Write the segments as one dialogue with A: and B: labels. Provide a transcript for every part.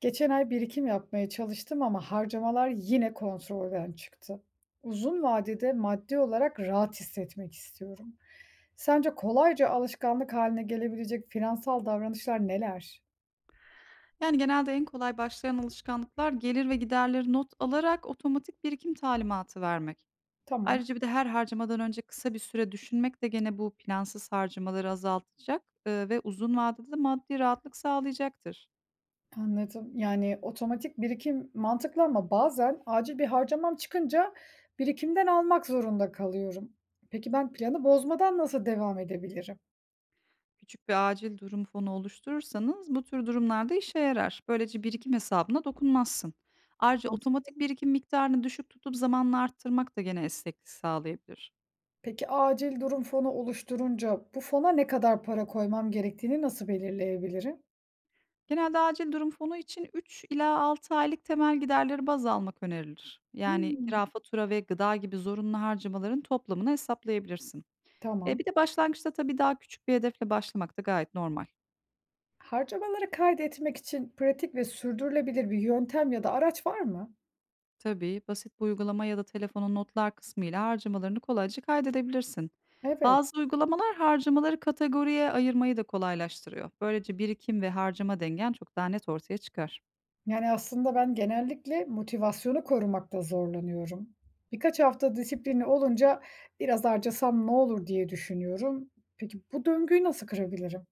A: Geçen ay birikim yapmaya çalıştım ama harcamalar yine kontrolden çıktı. Uzun vadede maddi olarak rahat hissetmek istiyorum. Sence kolayca alışkanlık haline gelebilecek finansal davranışlar neler?
B: Yani, genelde en kolay başlayan alışkanlıklar gelir ve giderleri not alarak otomatik birikim talimatı vermek.
A: Tamam,
B: Ayrıca bir de her harcamadan önce kısa bir süre düşünmek de gene bu plansız harcamaları azaltacak, ve uzun vadede de maddi rahatlık sağlayacaktır.
A: anladım. Yani otomatik birikim mantıklı ama bazen acil bir harcamam çıkınca birikimden almak zorunda kalıyorum. Peki ben planı bozmadan nasıl devam edebilirim?
B: Küçük bir acil durum fonu oluşturursanız bu tür durumlarda işe yarar. Böylece birikim hesabına dokunmazsın. Ayrıca otomatik birikim miktarını düşük tutup zamanla arttırmak da gene esneklik sağlayabilir.
A: Peki, acil durum fonu oluşturunca bu fona ne kadar para koymam gerektiğini nasıl belirleyebilirim?
B: Genelde acil durum fonu için 3 ila 6 aylık temel giderleri baz almak önerilir. Yani
A: Hımm.
B: kira, fatura ve gıda gibi zorunlu harcamaların toplamını hesaplayabilirsin. E bir
A: Tamam.
B: de başlangıçta tabii daha küçük bir hedefle başlamak da gayet normal.
A: Harcamaları kaydetmek için pratik ve sürdürülebilir bir yöntem ya da araç var mı?
B: Tabii basit bir uygulama ya da telefonun notlar kısmıyla harcamalarını kolayca kaydedebilirsin.
A: Evet.
B: Bazı uygulamalar harcamaları kategoriye ayırmayı da kolaylaştırıyor. Böylece birikim ve harcama dengen çok daha net ortaya çıkar.
A: Yani aslında ben genellikle motivasyonu korumakta zorlanıyorum. Birkaç hafta disiplini olunca biraz harcasam ne olur diye düşünüyorum. Peki bu döngüyü nasıl kırabilirim?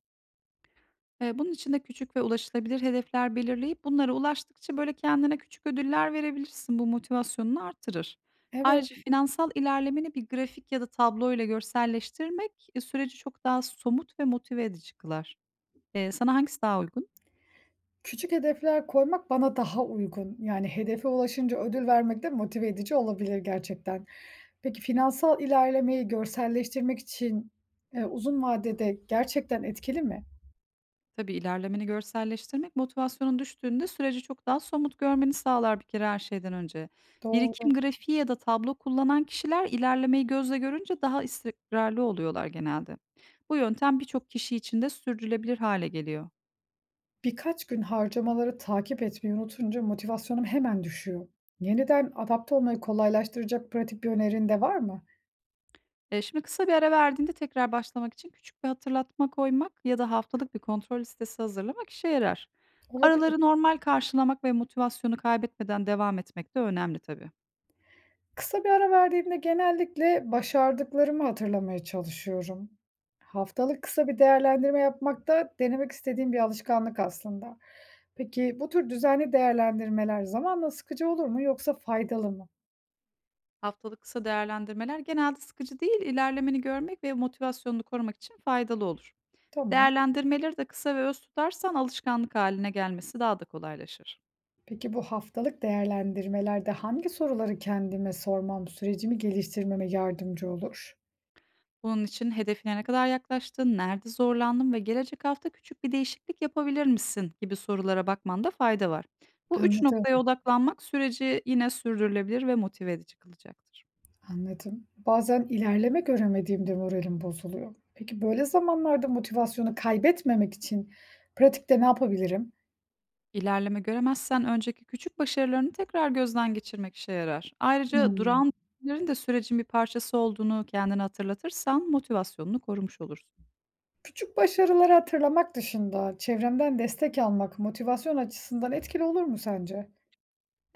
B: Bunun için de küçük ve ulaşılabilir hedefler belirleyip bunlara ulaştıkça böyle kendine küçük ödüller verebilirsin. Bu motivasyonunu artırır.
A: Evet.
B: Ayrıca finansal ilerlemeni bir grafik ya da tablo ile görselleştirmek süreci çok daha somut ve motive edici kılar. Sana hangisi daha uygun?
A: Küçük hedefler koymak bana daha uygun. Yani hedefe ulaşınca ödül vermek de motive edici olabilir gerçekten. Peki finansal ilerlemeyi görselleştirmek için uzun vadede gerçekten etkili mi?
B: Tabii ilerlemeni görselleştirmek motivasyonun düştüğünde süreci çok daha somut görmeni sağlar bir kere her şeyden önce. Birikim
A: Doğru.
B: grafiği ya da tablo kullanan kişiler ilerlemeyi gözle görünce daha istikrarlı oluyorlar genelde. Bu yöntem birçok kişi için de sürdürülebilir hale geliyor.
A: Birkaç gün harcamaları takip etmeyi unutunca motivasyonum hemen düşüyor. Yeniden adapte olmayı kolaylaştıracak pratik bir önerin de var mı?
B: E, şimdi kısa bir ara verdiğinde tekrar başlamak için küçük bir hatırlatma koymak ya da haftalık bir kontrol listesi hazırlamak işe yarar.
A: Olabilir.
B: Araları normal karşılamak ve motivasyonu kaybetmeden devam etmek de önemli tabii.
A: Kısa bir ara verdiğimde genellikle başardıklarımı hatırlamaya çalışıyorum. Haftalık kısa bir değerlendirme yapmak da denemek istediğim bir alışkanlık aslında. Peki bu tür düzenli değerlendirmeler zamanla sıkıcı olur mu yoksa faydalı mı?
B: Haftalık kısa değerlendirmeler genelde sıkıcı değil, ilerlemeni görmek ve motivasyonunu korumak için faydalı olur.
A: Tamam.
B: Değerlendirmeleri de kısa ve öz tutarsan alışkanlık haline gelmesi daha da kolaylaşır.
A: Peki bu haftalık değerlendirmelerde hangi soruları kendime sormam sürecimi geliştirmeme yardımcı olur?
B: Bunun için hedefine ne kadar yaklaştın, nerede zorlandın ve gelecek hafta küçük bir değişiklik yapabilir misin gibi sorulara bakmanda fayda var. Bu üç
A: Anladım.
B: noktaya odaklanmak süreci yine sürdürülebilir ve motive edici kılacaktır.
A: Anladım. Bazen ilerleme göremediğimde moralim bozuluyor. Peki böyle zamanlarda motivasyonu kaybetmemek için pratikte ne yapabilirim?
B: İlerleme göremezsen önceki küçük başarılarını tekrar gözden geçirmek işe yarar. Ayrıca
A: Hımm.
B: durağan düşüncelerin de sürecin bir parçası olduğunu kendine hatırlatırsan motivasyonunu korumuş olursun.
A: Küçük başarıları hatırlamak dışında çevremden destek almak motivasyon açısından etkili olur mu sence?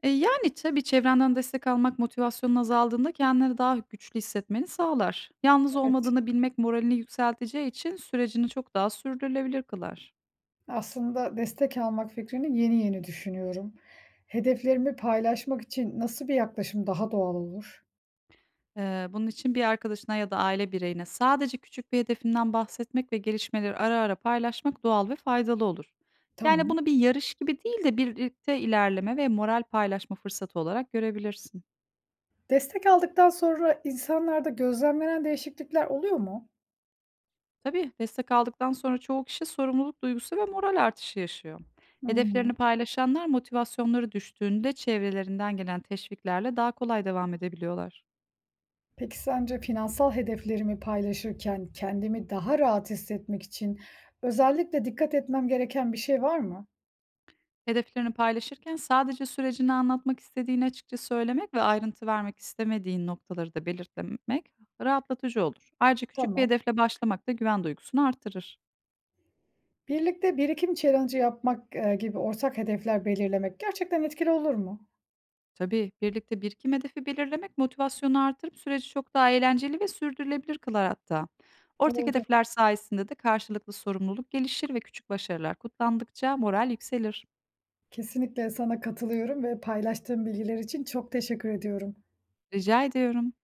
B: Yani tabii çevrenden destek almak motivasyonun azaldığında kendini daha güçlü hissetmeni sağlar. Yalnız
A: Evet,
B: olmadığını bilmek moralini yükselteceği için sürecini çok daha sürdürülebilir kılar.
A: aslında destek almak fikrini yeni yeni düşünüyorum. Hedeflerimi paylaşmak için nasıl bir yaklaşım daha doğal olur?
B: Bunun için bir arkadaşına ya da aile bireyine sadece küçük bir hedefinden bahsetmek ve gelişmeleri ara ara paylaşmak doğal ve faydalı olur. Yani
A: Tamam.
B: bunu bir yarış gibi değil de birlikte ilerleme ve moral paylaşma fırsatı olarak görebilirsin.
A: Destek aldıktan sonra insanlarda gözlemlenen değişiklikler oluyor mu?
B: Tabii destek aldıktan sonra çoğu kişi sorumluluk duygusu ve moral artışı yaşıyor. Hedeflerini
A: Hıı.
B: paylaşanlar motivasyonları düştüğünde çevrelerinden gelen teşviklerle daha kolay devam edebiliyorlar.
A: Peki sence finansal hedeflerimi paylaşırken kendimi daha rahat hissetmek için özellikle dikkat etmem gereken bir şey var mı?
B: Hedeflerini paylaşırken sadece sürecini anlatmak istediğini açıkça söylemek ve ayrıntı vermek istemediğin noktaları da belirtmek rahatlatıcı olur. Ayrıca küçük bir
A: Tamam.
B: hedefle başlamak da güven duygusunu artırır.
A: Birlikte birikim challenge'ı yapmak gibi ortak hedefler belirlemek gerçekten etkili olur mu?
B: Tabii birlikte birikim hedefi belirlemek motivasyonu artırıp süreci çok daha eğlenceli ve sürdürülebilir kılar hatta. Ortak
A: Doğru.
B: hedefler sayesinde de karşılıklı sorumluluk gelişir ve küçük başarılar kutlandıkça moral yükselir.
A: Kesinlikle sana katılıyorum ve paylaştığın bilgiler için çok teşekkür ediyorum.
B: Rica ediyorum.